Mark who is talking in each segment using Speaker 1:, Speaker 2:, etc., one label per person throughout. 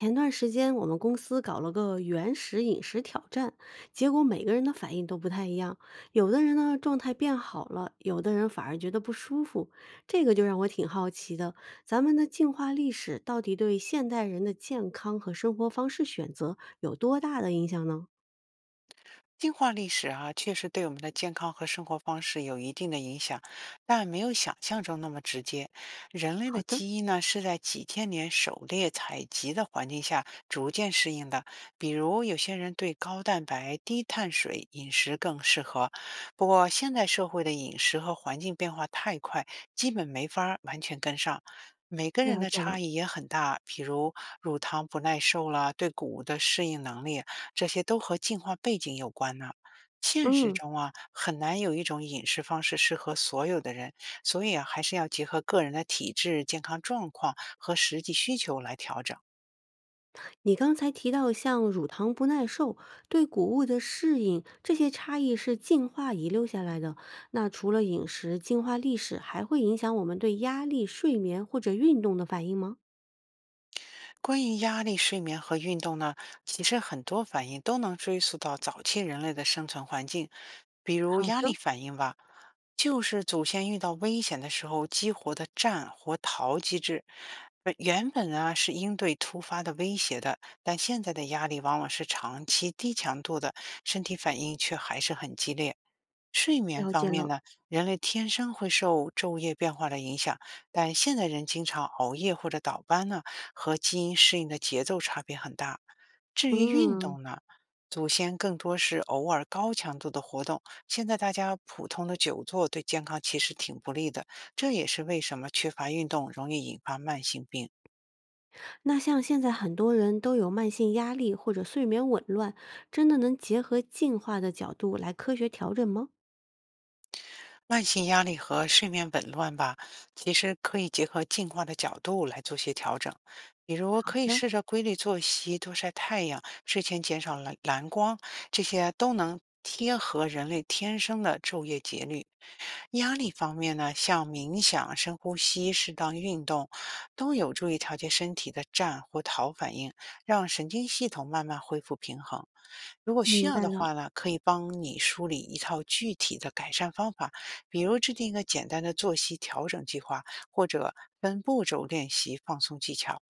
Speaker 1: 前段时间我们公司搞了个原始饮食挑战，结果每个人的反应都不太一样。有的人呢状态变好了，有的人反而觉得不舒服。这个就让我挺好奇的，咱们的进化历史到底对现代人的健康和生活方式选择有多大的影响呢？
Speaker 2: 进化历史啊，确实对我们的健康和生活方式有一定的影响，但没有想象中那么直接。人类的
Speaker 1: 好的。
Speaker 2: 基因呢，是在几千年狩猎采集的环境下逐渐适应的。比如，有些人对高蛋白、低碳水饮食更适合。不过，现代社会的饮食和环境变化太快，基本没法儿完全跟上。每个人
Speaker 1: 了
Speaker 2: 的
Speaker 1: 解了。
Speaker 2: 差异也很大，比如乳糖不耐受啦，对谷物的适应能力这些都和进化背景有关呢。现实
Speaker 1: 嗯。
Speaker 2: 中啊，很难有一种饮食方式适合所有的人，所以啊，还是要结合个人的体质、健康状况和实际需求来调整。
Speaker 1: 你刚才提到像乳糖不耐受、对谷物的适应，这些差异是进化遗留下来的。那除了饮食，进化历史还会影响我们对压力、睡眠或者运动的反应吗？
Speaker 2: 关于压力、睡眠和运动呢，其实很多反应都能追溯到早期人类的生存环境，比如
Speaker 1: 好
Speaker 2: 压
Speaker 1: 的。
Speaker 2: 力反应吧，就是祖先遇到危险的时候激活的战或逃机制。原本啊是应对突发的威胁的，但现在的压力往往是长期低强度的，身体反应却还是很激烈。睡眠
Speaker 1: 了
Speaker 2: 方
Speaker 1: 解
Speaker 2: 面
Speaker 1: 了。
Speaker 2: 呢，人类天生会受昼夜变化的影响，但现在人经常熬夜或者倒班呢，和基因适应的节奏差别很大。至于运
Speaker 1: 嗯。
Speaker 2: 动呢，祖先更多是偶尔高强度的活动，现在大家普通的久坐对健康其实挺不利的，这也是为什么缺乏运动容易引发慢性病。
Speaker 1: 那像现在很多人都有慢性压力或者睡眠紊乱，真的能结合进化的角度来科学调整吗？
Speaker 2: 慢性压力和睡眠紊乱吧，其实可以结合进化的角度来做些调整。比如，
Speaker 1: 好
Speaker 2: 可以
Speaker 1: 的。
Speaker 2: 试着规律作息、多晒太阳、睡前减少蓝光，这些都能贴合人类天生的昼夜节律。压力方面呢，像冥想、深呼吸、适当运动，都有助于调节身体的战或逃反应，让神经系统慢慢恢复平衡。如果需
Speaker 1: 明
Speaker 2: 要
Speaker 1: 白
Speaker 2: 的
Speaker 1: 了。
Speaker 2: 话呢，可以帮你梳理一套具体的改善方法，比如制定一个简单的作息调整计划，或者分步骤练习放松技巧。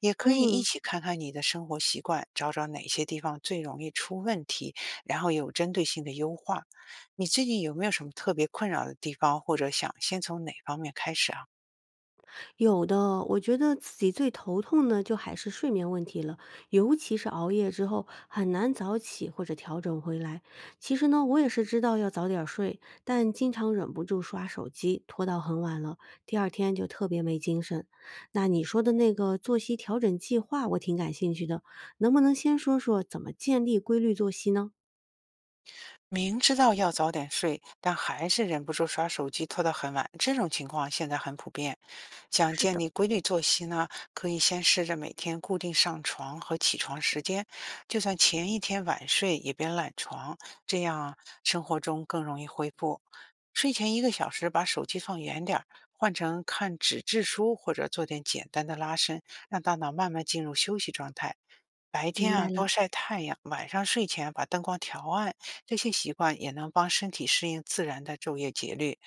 Speaker 2: 也可以一
Speaker 1: 嗯。
Speaker 2: 起看看你的生活习惯，找找哪些地方最容易出问题，然后有针对性的优化。你最近有没有什么特别困扰的地方，或者想先从哪方面开始啊？
Speaker 1: 有的，我觉得自己最头痛的就还是睡眠问题了，尤其是熬夜之后很难早起或者调整回来。其实呢，我也是知道要早点儿睡，但经常忍不住刷手机，拖到很晚了，第二天就特别没精神。那你说的那个作息调整计划，我挺感兴趣的，能不能先说说怎么建立规律作息呢？
Speaker 2: 明知道要早点睡，但还是忍不住刷手机拖到很晚，这种情况现在很普遍。想
Speaker 1: 是
Speaker 2: 建
Speaker 1: 的。
Speaker 2: 立规律作息呢，可以先试着每天固定上床和起床时间，就算前一天晚睡也别懒床，这样啊生活中更容易恢复。睡前一个小时把手机放远点儿，换成看纸质书或者做点简单的拉伸，让大脑慢慢进入休息状态。白
Speaker 1: 明
Speaker 2: 天
Speaker 1: 白
Speaker 2: 啊多
Speaker 1: 了。
Speaker 2: 晒太阳，晚上睡前把灯光调暗。这些习惯也能帮身体适应自然的昼夜节律。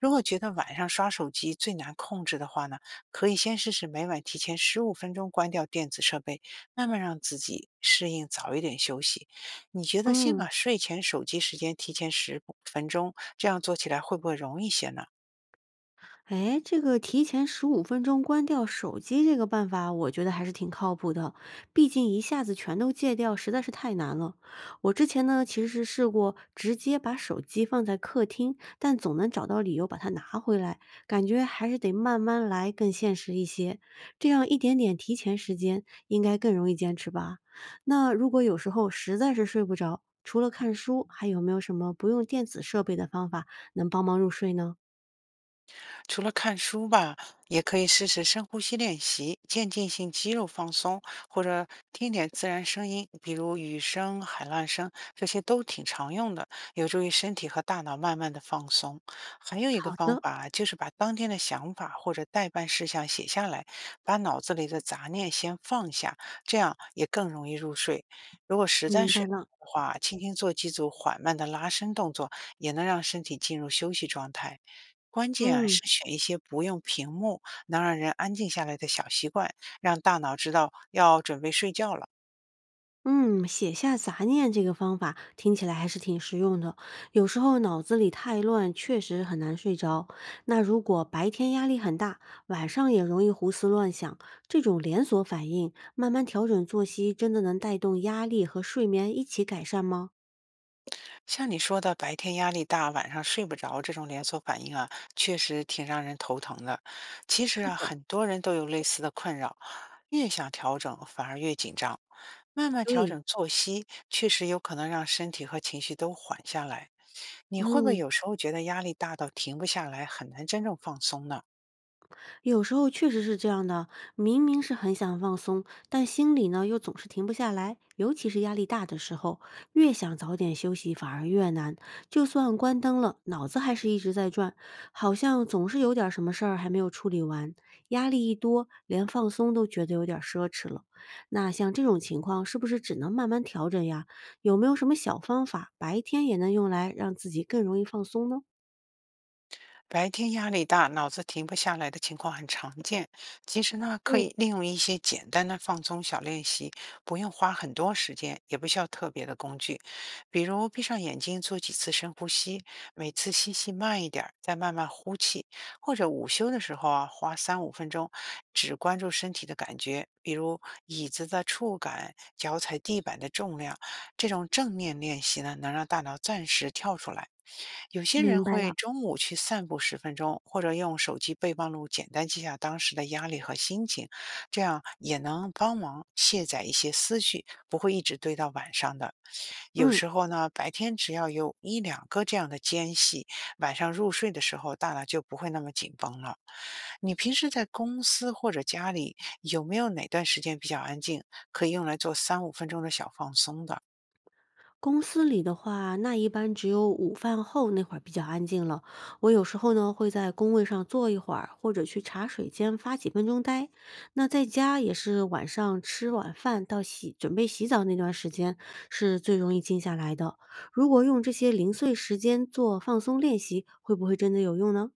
Speaker 2: 如果觉得晚上刷手机最难控制的话呢，可以先试试每晚提前15分钟关掉电子设备，慢慢让自己适应早一点休息。你觉得先
Speaker 1: 嗯。
Speaker 2: 把睡前手机时间提前十分钟，这样做起来会不会容易些呢？
Speaker 1: 哎，这个提前15分钟关掉手机这个办法，我觉得还是挺靠谱的。毕竟一下子全都戒掉，实在是太难了。我之前呢，其实是试过直接把手机放在客厅，但总能找到理由把它拿回来，感觉还是得慢慢来，更现实一些。这样一点点提前时间，应该更容易坚持吧？那如果有时候实在是睡不着，除了看书，还有没有什么不用电子设备的方法能帮忙入睡呢？
Speaker 2: 除了看书吧，也可以试试深呼吸练习、渐进性肌肉放松，或者听点自然声音，比如雨声、海浪声，这些都挺常用的，有助于身体和大脑慢慢的放松。还有一个
Speaker 1: 好
Speaker 2: 方
Speaker 1: 的。
Speaker 2: 法就是把当天的想法或者待办事项写下来，把脑子里的杂念先放下，这样也更容易入睡。如果实在
Speaker 1: 明白
Speaker 2: 睡
Speaker 1: 了。
Speaker 2: 不着的话，轻轻做几组缓慢的拉伸动作，也能让身体进入休息状态。关键啊
Speaker 1: 嗯
Speaker 2: 是选一些不用屏幕、能让人安静下来的小习惯，让大脑知道要准备睡觉了。
Speaker 1: 嗯，写下杂念这个方法听起来还是挺实用的。有时候脑子里太乱，确实很难睡着。那如果白天压力很大，晚上也容易胡思乱想，这种连锁反应，慢慢调整作息，真的能带动压力和睡眠一起改善吗？
Speaker 2: 像你说的，白天压力大，晚上睡不着这种连锁反应啊，确实挺让人头疼的。其实啊，
Speaker 1: 哦。
Speaker 2: 很多人都有类似的困扰，越想调整反而越紧张。慢慢调
Speaker 1: 对。
Speaker 2: 整作息，确实有可能让身体和情绪都缓下来。你会不会
Speaker 1: 嗯。
Speaker 2: 有时候觉得压力大到停不下来，很难真正放松呢？
Speaker 1: 有时候确实是这样的，明明是很想放松，但心里呢又总是停不下来，尤其是压力大的时候，越想早点休息反而越难。就算关灯了，脑子还是一直在转，好像总是有点儿什么事儿还没有处理完。压力一多，连放松都觉得有点儿奢侈了。那像这种情况，是不是只能慢慢调整呀？有没有什么小方法，白天也能用来让自己更容易放松呢？
Speaker 2: 白天压力大，脑子停不下来的情况很常见。其实呢，可
Speaker 1: 对。
Speaker 2: 以利用一些简单的放松小练习，不用花很多时间，也不需要特别的工具。比如闭上眼睛做几次深呼吸，每次吸气慢一点儿，再慢慢呼气。或者午休的时候啊，花三五分钟，只关注身体的感觉，比如椅子的触感、脚踩地板的重量。这种正念练习呢，能让大脑暂时跳出来。有些人
Speaker 1: 明白
Speaker 2: 会
Speaker 1: 了。
Speaker 2: 中午去散步十分钟，或者用手机备忘录简单记下当时的压力和心情，这样也能帮忙卸载一些思绪，不会一直堆到晚上的。有
Speaker 1: 嗯。
Speaker 2: 时候呢，白天只要有一两个这样的间隙，晚上入睡的时候大脑就不会那么紧绷了。你平时在公司或者家里有没有哪段时间比较安静，可以用来做三五分钟的小放松的？
Speaker 1: 公司里的话，那一般只有午饭后那会儿比较安静了。我有时候呢会在工位上坐一会儿，或者去茶水间发几分钟呆。那在家也是晚上吃晚饭到洗准备洗澡那段时间是最容易静下来的。如果用这些零碎时间做放松练习，会不会真的有用呢？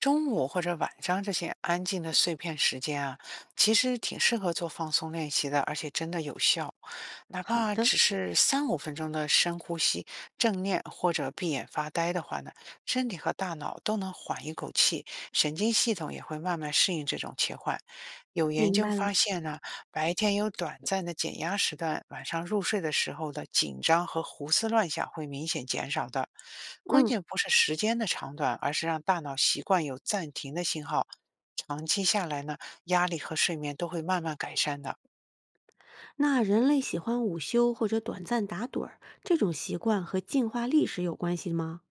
Speaker 2: 中午或者晚上这些安静的碎片时间啊，其实挺适合做放松练习的，而且真的有效。哪
Speaker 1: 好
Speaker 2: 怕
Speaker 1: 的。
Speaker 2: 只是三五分钟的深呼吸、正念或者闭眼发呆的话呢，身体和大脑都能缓一口气，神经系统也会慢慢适应这种切换。有研
Speaker 1: 明
Speaker 2: 究
Speaker 1: 白
Speaker 2: 发
Speaker 1: 了。
Speaker 2: 现呢，白天有短暂的减压时段，晚上入睡的时候的紧张和胡思乱想会明显减少的。关
Speaker 1: 嗯。
Speaker 2: 键不是时间的长短，而是让大脑习惯有暂停的信号。长期下来呢，压力和睡眠都会慢慢改善的。
Speaker 1: 那人类喜欢午休或者短暂打盹儿，这种习惯和进化历史有关系吗？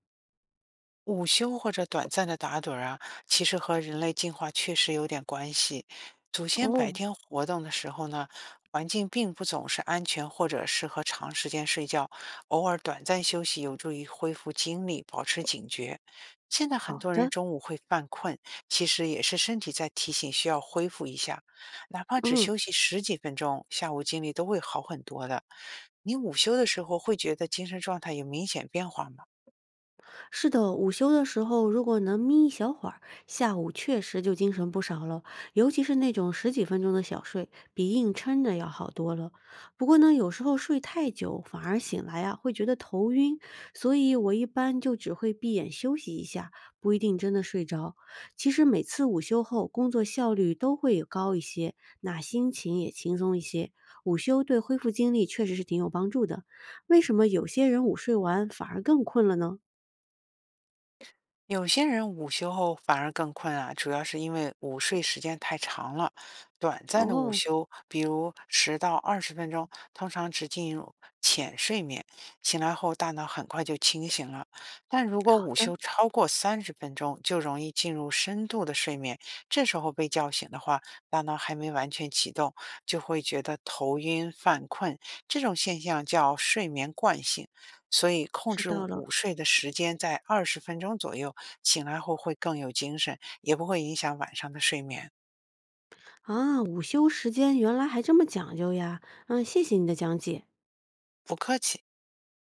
Speaker 2: 午休或者短暂的打盹儿啊，其实和人类进化确实有点关系。祖先白
Speaker 1: 哦。
Speaker 2: 天活动的时候呢，环境并不总是安全或者适合长时间睡觉，偶尔短暂休息有助于恢复精力，保持警觉。现在很
Speaker 1: 好
Speaker 2: 多人
Speaker 1: 的。
Speaker 2: 中午会犯困，其实也是身体在提醒需要恢复一下，哪怕只
Speaker 1: 嗯。
Speaker 2: 休息十几分钟，下午精力都会好很多的。你午休的时候会觉得精神状态有明显变化吗？
Speaker 1: 是的，午休的时候如果能眯一小会儿，下午确实就精神不少了，尤其是那种10几分钟的小睡，比硬撑着要好多了。不过呢，有时候睡太久反而醒来啊会觉得头晕，所以我一般就只会闭眼休息一下，不一定真的睡着。其实每次午休后，工作效率都会高一些，那心情也轻松一些。午休对恢复精力确实是挺有帮助的。为什么有些人午睡完反而更困了呢？
Speaker 2: 有些人午休后反而更困啊，主要是因为午睡时间太长了。短暂的午
Speaker 1: 哦。
Speaker 2: 休，比如10到20分钟，通常只进入浅睡眠，醒来后大脑很快就清醒了。但如果
Speaker 1: 好
Speaker 2: 午
Speaker 1: 的。
Speaker 2: 休超过30分钟，就容易进入深度的睡眠。这时候被叫醒的话，大脑还没完全启动，就会觉得头晕犯困。这种现象叫睡眠惯性。所以控
Speaker 1: 知
Speaker 2: 制
Speaker 1: 道了。
Speaker 2: 午睡的时间在二十分钟左右。醒来后会更有精神，也不会影响晚上的睡眠。
Speaker 1: 啊，午休时间原来还这么讲究呀。嗯，谢谢你的讲解。
Speaker 2: 不客气。